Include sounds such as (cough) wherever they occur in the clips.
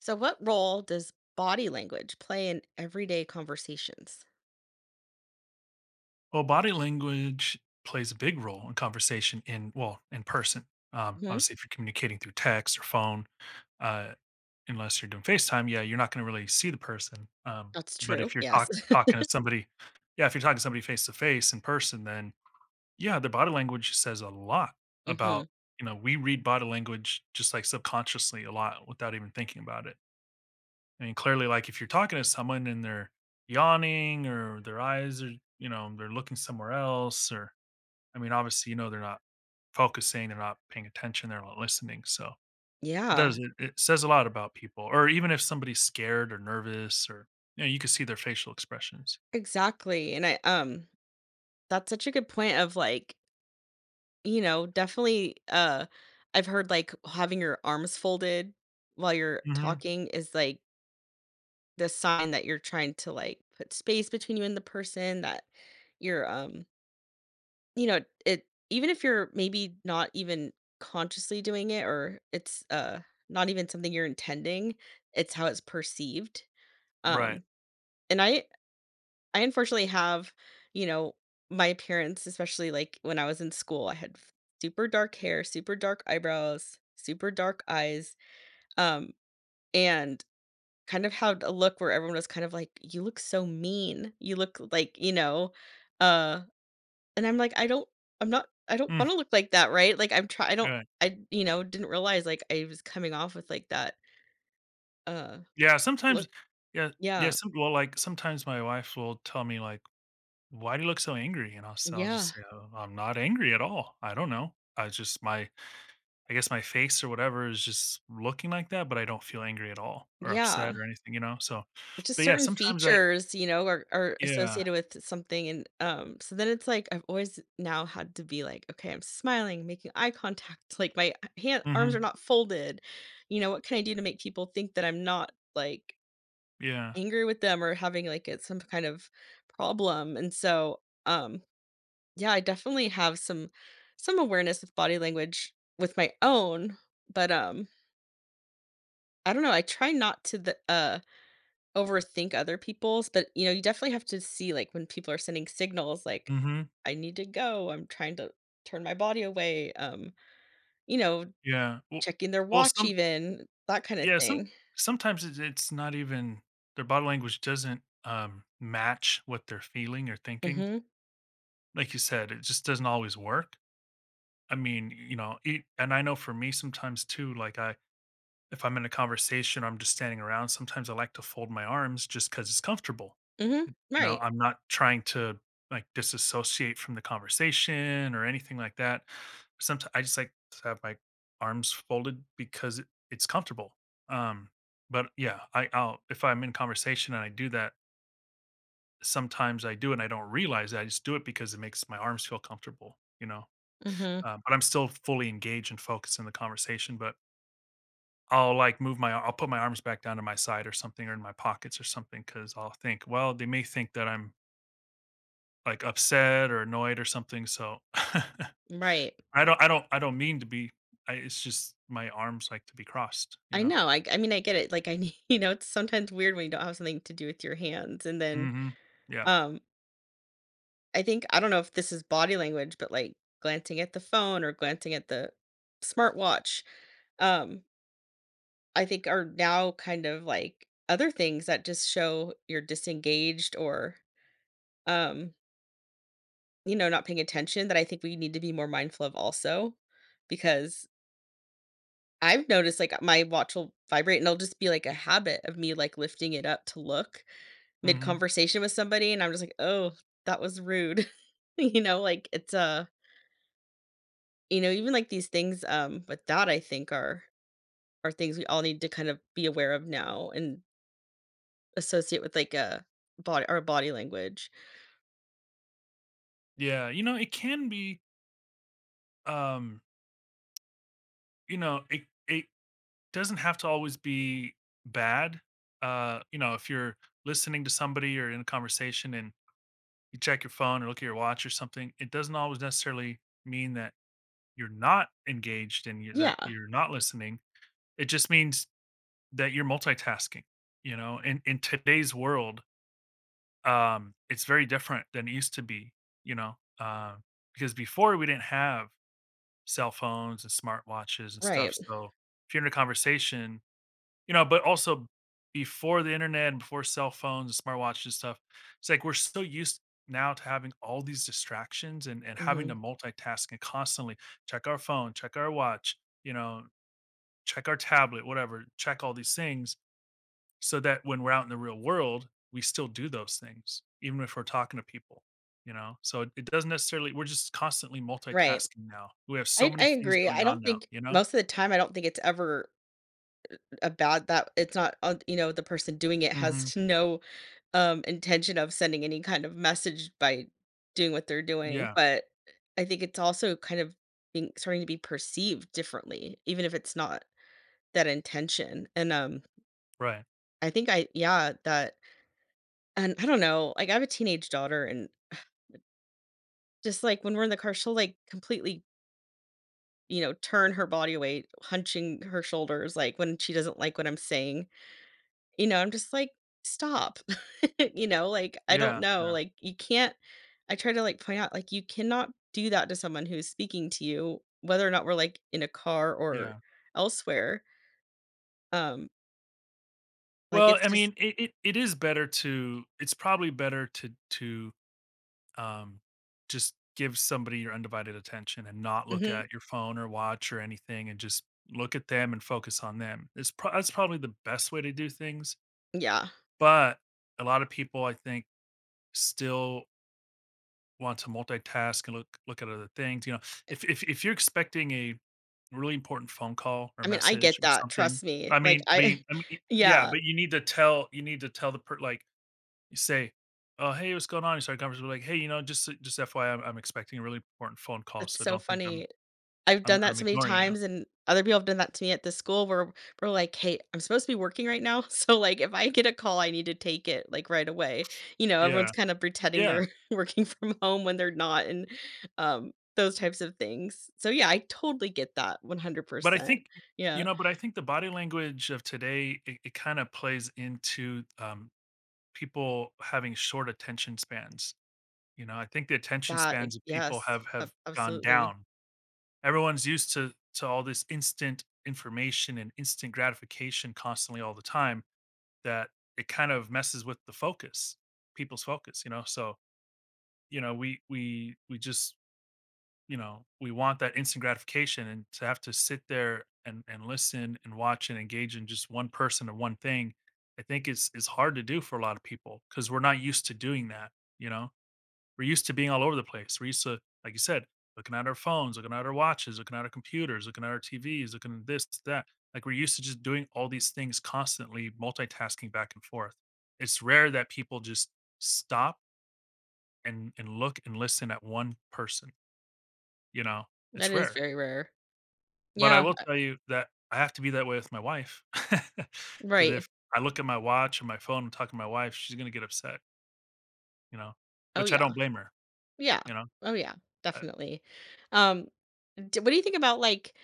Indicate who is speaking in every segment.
Speaker 1: So, what role does body language play in everyday conversations?
Speaker 2: Well, body language plays a big role in conversation in in person.
Speaker 1: Hmm.
Speaker 2: Obviously, if you're communicating through text or phone, uh, unless you're doing FaceTime, yeah, you're not going to really see the person.
Speaker 1: That's
Speaker 2: But
Speaker 1: true.
Speaker 2: if you're
Speaker 1: Yes.
Speaker 2: talking to somebody, yeah, if you're talking to somebody face to face in person, then yeah, their body language says a lot
Speaker 1: (laughs) Hmm.
Speaker 2: about. We read body language just like subconsciously a lot without even thinking about it. I mean, clearly, like if you're talking to someone and they're yawning or their eyes are, they're looking somewhere else, or I mean, obviously, you know, they're not focusing, they're not paying attention, they're not listening, so it
Speaker 1: Yeah,
Speaker 2: does it it says a lot about people, or even if somebody's scared or nervous, or, you know, you can see their facial expressions.
Speaker 1: exactly. And that's such a good point of like, definitely, I've heard like having your arms folded while you're
Speaker 2: Mhm.
Speaker 1: talking is like the sign that you're trying to like put space between you and the person that you're, You know, it Even if you're maybe not even consciously doing it, or it's not even something you're intending, it's how it's perceived.
Speaker 2: Right.
Speaker 1: um, and I unfortunately have, you know, my appearance, especially, like, when I was in school, I had f super dark hair, super dark eyebrows, super dark eyes, um, and kind of had a look where everyone was kind of like, "You look so mean. You look like," uh and I'm like, "I don't. I don't
Speaker 2: Mm,
Speaker 1: wanna look like that, right?" Like, I don't.
Speaker 2: right.
Speaker 1: Didn't realize, like, I was coming off with, like, that, uh,
Speaker 2: Yeah, sometimes
Speaker 1: look.
Speaker 2: yeah, yeah,
Speaker 1: Yeah.
Speaker 2: some well, like, sometimes my wife will tell me, like, "Why do you look so angry?" And I'll just
Speaker 1: Yeah.
Speaker 2: say, "Oh, I'm not angry at all. I don't know. I just my I guess my face or whatever is just looking like that, but I don't feel angry at all or upset
Speaker 1: Yeah.
Speaker 2: or anything," you know? So,
Speaker 1: It's
Speaker 2: but
Speaker 1: just
Speaker 2: yeah,
Speaker 1: certain
Speaker 2: sometimes I.
Speaker 1: features, you know, are
Speaker 2: Yeah.
Speaker 1: associated with something, and, so then it's like I've always now had to be like, "Okay, I'm smiling, making eye contact, (laughs) like, my hand arms are
Speaker 2: Mhm.
Speaker 1: not folded." You know, "What can I do to make people think that I'm not, like,
Speaker 2: Yeah.
Speaker 1: angry with them or having, like, a some kind of problem?" And so, yeah, I definitely have some awareness of body language with my own, but, I don't know, I try not to the overthink other people's, but, you know, you definitely have to see, like, when people are sending signals, like,
Speaker 2: Mhm.
Speaker 1: "I need to go, I'm trying to turn my body away," you know,
Speaker 2: Yeah. Well
Speaker 1: checking their
Speaker 2: well,
Speaker 1: watch
Speaker 2: some
Speaker 1: even, that kinda
Speaker 2: yeah, some
Speaker 1: thing.
Speaker 2: sometimes it's not even their body language doesn't, match what they're feeling or thinking.
Speaker 1: Mhm.
Speaker 2: Like you said, it just doesn't always work. I mean, you know, it and I know for me sometimes too, like, I if I'm in a conversation, or I'm just standing around, sometimes I like to fold my arms just because it's comfortable.
Speaker 1: Mhm.
Speaker 2: You know,
Speaker 1: Right.
Speaker 2: I'm not trying to, like, disassociate from the conversation or anything like that. Sometimes I just like to have my arms folded because it's comfortable. Um, but yeah, I'll if I'm in conversation and I do that, sometimes I do and I don't realize it, I just do it because it makes my arms feel comfortable, you know?
Speaker 1: Mhm.
Speaker 2: But I'm still fully engaged and focused in the conversation, but I'll, like, move my, I'll put my arms back down to my side or something or in my pockets or something, because 'cause I'll think, "Well, they may think that I'm like, upset or annoyed or something, so (laughs)
Speaker 1: Right.
Speaker 2: I don't mean to be I it's just my arms like to be crossed, you
Speaker 1: I
Speaker 2: know?"
Speaker 1: know, I mean, I get it, like, I need (laughs) it's sometimes weird when you don't have something to do with your hands, and then,
Speaker 2: Mhm. Yeah.
Speaker 1: um I think. I don't know if this is body language, but, like, glancing at the phone or glancing at the smartwatch, um, I think, are now kind of, like, other things that just show you're disengaged or, um, not paying attention, that I think we need to be more mindful of also, because I've noticed, like, my watch will vibrate, and it'll just be, like, a habit of me, like, lifting it up to look
Speaker 2: Mhm.
Speaker 1: mid-conversation with somebody, and I'm just like, "Oh, that was rude." (laughs) You know, like, it's a. You know, even like these things with that I think are things we all need to kind of be aware of now and associate with like a body our body language.
Speaker 2: Yeah, you know, it can be, um, you know, it doesn't have to always be bad, you know, if you're listening to somebody or in a conversation and you check your phone or look at your watch or something, it doesn't always necessarily mean that you're not engaged and you that
Speaker 1: Yeah,
Speaker 2: you're not listening. It just means that you're multitasking, you know? In today's world, it's very different than it used to be, you know? Because before we didn't have cell phones and smartwatches and
Speaker 1: right.
Speaker 2: stuff, so if you're in a conversation, you know, but also before the internet and before cell phones and smartwatches and stuff, it's like we're so used now to having all these distractions and having to
Speaker 1: Hmm.
Speaker 2: multitask and constantly check our phone, check our watch, you know, check our tablet, whatever, check all these things so that when we're out in the real world, we still do those things, even if we're talking to people, you know? So it doesn't necessarily, we're just constantly
Speaker 1: Right.
Speaker 2: multitasking now. We have so
Speaker 1: I
Speaker 2: many
Speaker 1: I
Speaker 2: things
Speaker 1: agree.
Speaker 2: going
Speaker 1: I
Speaker 2: on
Speaker 1: don't
Speaker 2: now,
Speaker 1: think
Speaker 2: you know?
Speaker 1: most of the time, I don't think it's ever a bad, that it's not, the person doing it
Speaker 2: Hmm.
Speaker 1: has (laughs) no intention of sending any kind of message by doing what they're doing,
Speaker 2: Yeah.
Speaker 1: but I think it's also kind of being, starting to be perceived differently even if it's not that intention. And
Speaker 2: Right.
Speaker 1: I think I, yeah, that. And I don't know, like, I have a teenage daughter, and (sighs) just, like, when we're in the car, she'll, like, completely, you know, turn her body weight, hunching her shoulders, like, when she doesn't like what I'm saying, you know, I'm just like, "Stop." (laughs) You know, like, I don't
Speaker 2: Yeah.
Speaker 1: know,
Speaker 2: Yeah.
Speaker 1: like, you can't. I try to, like, point out, like, you cannot do that to someone who's speaking to you, whether or not we're, like, in a car or
Speaker 2: Yeah.
Speaker 1: elsewhere, um, like,
Speaker 2: Well,
Speaker 1: it's
Speaker 2: I
Speaker 1: just.
Speaker 2: mean, it is better to, it's probably better to, um, just give somebody your undivided attention and not look
Speaker 1: Mhm,
Speaker 2: at your phone or watch or anything and just look at them and focus on them. It's that's probably the best way to do things.
Speaker 1: yeah.
Speaker 2: But a lot of people, I think, still want to multitask and look at other things. You know, if you're expecting a really important phone call or
Speaker 1: I mean, I
Speaker 2: message
Speaker 1: get
Speaker 2: or
Speaker 1: that,
Speaker 2: something,
Speaker 1: trust me,
Speaker 2: I
Speaker 1: like,
Speaker 2: mean, but you,
Speaker 1: I
Speaker 2: I mean,
Speaker 1: (laughs)
Speaker 2: yeah,
Speaker 1: yeah.
Speaker 2: but you need to tell the per like you say, "Oh, hey, what's going on?" You start a conversation like, "Hey, you know, just FYI, I'm expecting a really important phone call,
Speaker 1: That's
Speaker 2: so
Speaker 1: so
Speaker 2: don't think
Speaker 1: funny. I've done that
Speaker 2: I'm
Speaker 1: so many
Speaker 2: ignoring you."
Speaker 1: times, and other people have done that to me at the school where we're like, "Hey, I'm supposed to be working right now, (laughs) so, like, if I get a call, I need to take it, like, right away." You know, everyone's
Speaker 2: Yeah,
Speaker 1: kind of pretending
Speaker 2: yeah,
Speaker 1: they're (laughs) working from home when they're not, and, those types of things. So, yeah, I totally get that
Speaker 2: but I
Speaker 1: 100%.
Speaker 2: think you
Speaker 1: Yeah.
Speaker 2: know, but I think the body language of today it, it kind of plays into people having short attention spans. You know, I think the attention
Speaker 1: That e
Speaker 2: spans of people
Speaker 1: yes,
Speaker 2: have
Speaker 1: ab
Speaker 2: gone
Speaker 1: absolutely.
Speaker 2: down. Everyone's used to all this instant information and instant gratification constantly all the time that it kind of messes with the focus, people's focus, you know. So, you know, we just you know, we want that instant gratification and to have to sit there and listen and watch and engage in just one person or one thing, I think is hard to do for a lot of people because we're not used to doing that. You know, we're used to being all over the place. We're used to, like you said, looking at our phones, looking at our watches, looking at our computers, looking at our TVs, looking at this, that. Like we're used to just doing all these things constantly, multitasking back and forth. It's rare that people just stop and look and listen at one person. You know,
Speaker 1: That
Speaker 2: it's
Speaker 1: is
Speaker 2: rare.
Speaker 1: very rare.
Speaker 2: But I
Speaker 1: Yeah,
Speaker 2: will tell you that I have to be that way with my wife, (laughs) because if
Speaker 1: right.
Speaker 2: I look at my watch and my phone and talk to my wife, she's gonna get upset, you know,
Speaker 1: Oh,
Speaker 2: which I
Speaker 1: yeah.
Speaker 2: don't blame her,
Speaker 1: Yeah.
Speaker 2: you know?
Speaker 1: Oh, yeah,
Speaker 2: I
Speaker 1: definitely. Um, d what do you think about, like,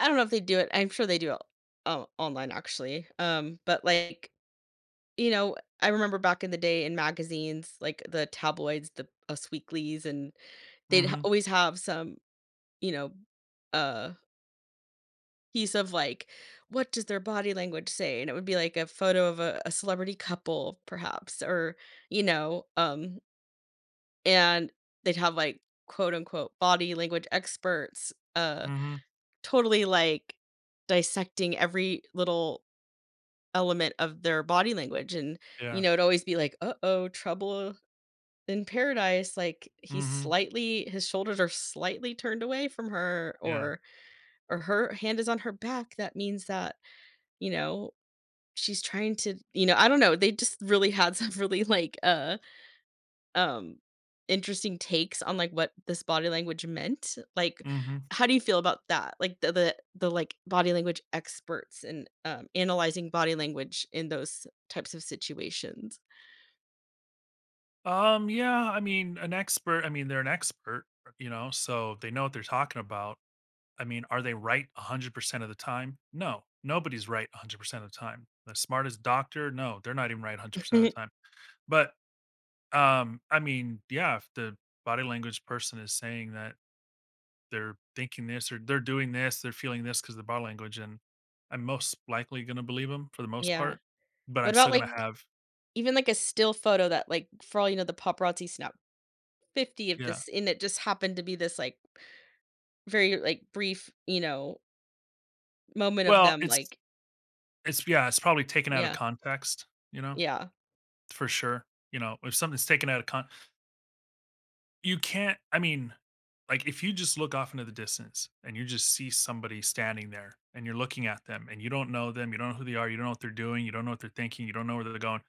Speaker 1: I don't know if they do it. I'm sure they do it, online actually. But like, you know, I remember back in the day in magazines, like the tabloids, the Us Weeklies, and they'd h
Speaker 2: Mhm,
Speaker 1: always have some, you know, uh, piece of like, what does their body language say? And it would be like a photo of a celebrity couple, perhaps, or, you know, and they'd have like quote unquote body language experts,
Speaker 2: mhm,
Speaker 1: totally like dissecting every little element of their body language, and, you
Speaker 2: yeah,
Speaker 1: know, it'd always be like, "Uh-oh, trouble in paradise," like, he's
Speaker 2: mhm,
Speaker 1: slightly, his shoulders are slightly turned away from her,
Speaker 2: yeah,
Speaker 1: or her hand is on her back, that means that, you know, she's trying to, you know, I don't know, they just really had some (laughs) really, like, um, interesting takes on, like, what this body language meant. Like,
Speaker 2: mhm.
Speaker 1: how do you feel about that? Like, the like, body language experts and, analyzing body language in those types of situations?
Speaker 2: Yeah, I mean, an expert I mean, they're an expert, you know, so they know what they're talking about. I mean, are they right 100% of the time? No, nobody's right 100% of the time. The smartest doctor, no, they're not even right 100% of the time,
Speaker 1: (laughs)
Speaker 2: but I mean, yeah, if the body language person is saying that they're thinking this or they're doing this, they're feeling this because of the body language, and I'm most likely going to believe them for the most
Speaker 1: Yeah.
Speaker 2: part, but
Speaker 1: What
Speaker 2: I'm
Speaker 1: about,
Speaker 2: still going to
Speaker 1: like,
Speaker 2: have
Speaker 1: even, like, a still photo that, like, for all you know, the paparazzi snap 50 of
Speaker 2: yeah.
Speaker 1: this and it just happened to be this like very like brief, you know, moment of
Speaker 2: Well,
Speaker 1: them
Speaker 2: it's
Speaker 1: like.
Speaker 2: it's yeah, it's probably taken out of
Speaker 1: Yeah.
Speaker 2: context, you know,
Speaker 1: Yeah.
Speaker 2: for sure. You know, if something's taken out of con, you can't. I mean, like if you just look off into the distance and you just see somebody standing there and you're looking at them and you don't know them, you don't know who they are, you don't know what they're doing, you don't know what they're thinking, you don't know where they're going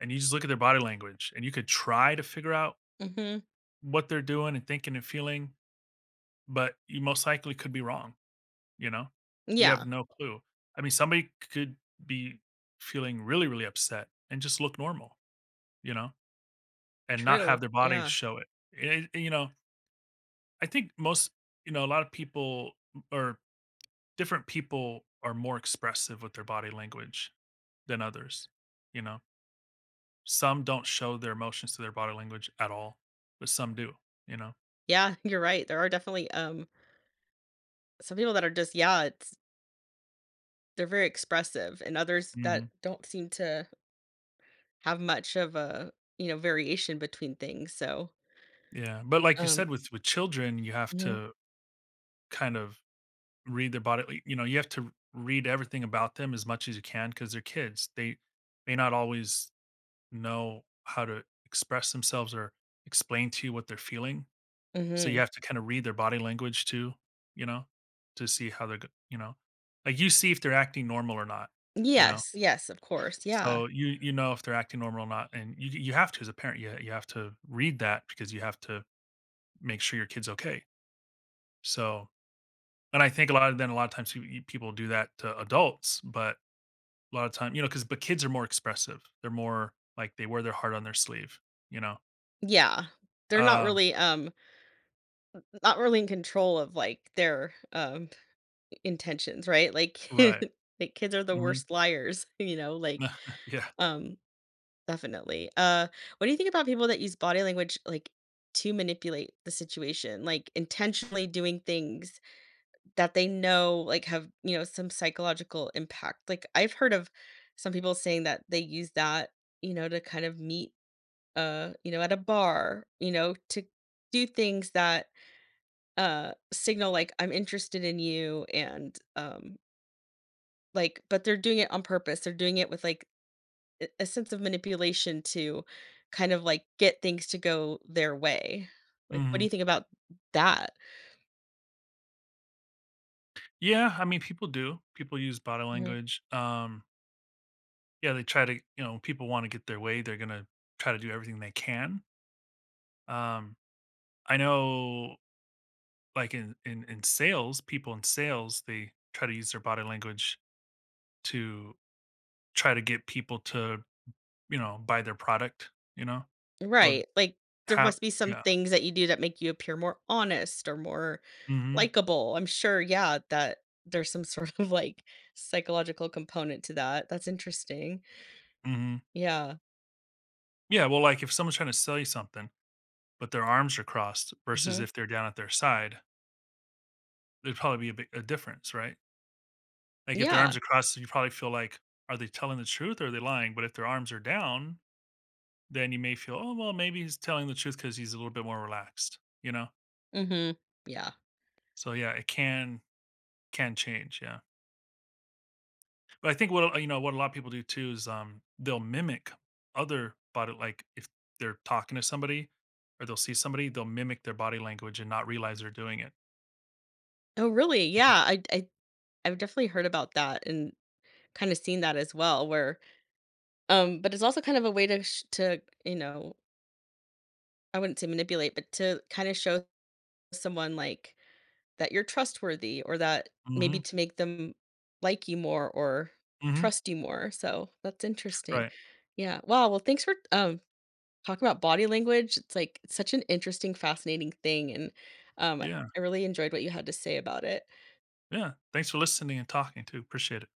Speaker 2: and you just look at their body language and you could try to figure out
Speaker 1: Hmm.
Speaker 2: what they're doing and thinking and feeling, but you most likely could be wrong. You know, you
Speaker 1: Yeah,
Speaker 2: have no clue. I mean, somebody could be feeling really, really upset and just look normal, you know, and not have
Speaker 1: true.
Speaker 2: their body
Speaker 1: Yeah.
Speaker 2: show it. You know, I think most, you know, a lot of people or different people are more expressive with their body language than others, you know. Some don't show their emotions to their body language at all, but some do, you know.
Speaker 1: Yeah. (laughs) You're right, there are definitely some people that are just, yeah, it's, they're very expressive and others that
Speaker 2: Mhm.
Speaker 1: don't seem to have much of a, you know, variation between things, so.
Speaker 2: Yeah, but like you
Speaker 1: um
Speaker 2: said, with children, you have
Speaker 1: hmm.
Speaker 2: to kind of read their body, like. You know, you have to read everything about them as much as you can because they're kids. They may not always know how to express themselves or explain to you what they're feeling. So you
Speaker 1: Hmm.
Speaker 2: have to kind of read their body language too. You know, to see how they're. You know, like you see if they're acting normal or not. You know,
Speaker 1: Yes, yes, of course. Yeah,
Speaker 2: so you know if they're acting normal or not, and you have to as a parent. You have to read that because you have to make sure your kid's okay. So, and I think a lot of then a lot of times people do that to adults, but a lot of time, you know, because but kids are more expressive. They're more like they wear their heart on their sleeve, you know.
Speaker 1: yeah, they're not
Speaker 2: Um,
Speaker 1: really, not really in control of like their, intentions, right? Like,
Speaker 2: right.
Speaker 1: (laughs) like, kids are the
Speaker 2: Hmm.
Speaker 1: worst liars, (laughs) you know, like,
Speaker 2: (laughs) Yeah.
Speaker 1: um definitely. What do you think about people that use body language like to manipulate the situation, like intentionally doing things that they know like have, you know, some psychological impact? Like, I've heard of some people saying that they use that, you know, to kind of meet, you know, at a bar, you know, to do things that signal, like, I'm interested in you. And like, but they're doing it on purpose. They're doing it with like a sense of manipulation to kind of like get things to go their way. Like, what do
Speaker 2: Hmm.
Speaker 1: you think about that?
Speaker 2: Yeah. I mean, people do. People use body
Speaker 1: Mhm.
Speaker 2: language. Yeah, they try to, you know, people want to get their way. They're gonna try to do everything they can. Um, I know, like in sales, people in sales they try to use their body language to try to get people to you know, buy their product, you know? They'll
Speaker 1: Right. Like, there
Speaker 2: have
Speaker 1: must be some
Speaker 2: yeah.
Speaker 1: things that you do that make you appear more honest or more
Speaker 2: Mhm,
Speaker 1: likable. I'm sure, yeah, that there's some (laughs) sort of like psychological component to that. That's interesting.
Speaker 2: mhm.
Speaker 1: Yeah.
Speaker 2: Yeah, well, like, if someone's trying to sell you something, but their arms are crossed versus
Speaker 1: Hmm.
Speaker 2: if they're down at their side, there'd probably be a big a difference, right? Like, if their
Speaker 1: Yeah.
Speaker 2: arms are crossed, you probably feel like, "Are they telling the truth or are they lying?" But if their arms are down, then you may feel, "Oh, well, maybe he's telling the truth because he's a little bit more relaxed," you know?
Speaker 1: Hmm. Yeah.
Speaker 2: So, yeah, it can change, yeah. But I think what a you know, what a lot of people do too is, they'll mimic other body like, if they're talking to somebody or they'll see somebody, they'll mimic their body language and not realize they're doing it.
Speaker 1: Oh, really? Yeah. I've definitely heard about that. And kind of seen that as well, where, but it's also kind of a way to sh- to, you know, I wouldn't say manipulate, but to kind of show someone like that you're trustworthy, or that maybe,
Speaker 2: Mhm,
Speaker 1: to make them like you more, or
Speaker 2: mhm,
Speaker 1: trust you more, so that's interesting.
Speaker 2: right.
Speaker 1: Yeah, wow. Well, thanks for talking about body language, it's like such an interesting, fascinating thing. And um
Speaker 2: Yeah,
Speaker 1: I really enjoyed what you had to say about it.
Speaker 2: yeah. Thanks for listening and talking too, appreciate it.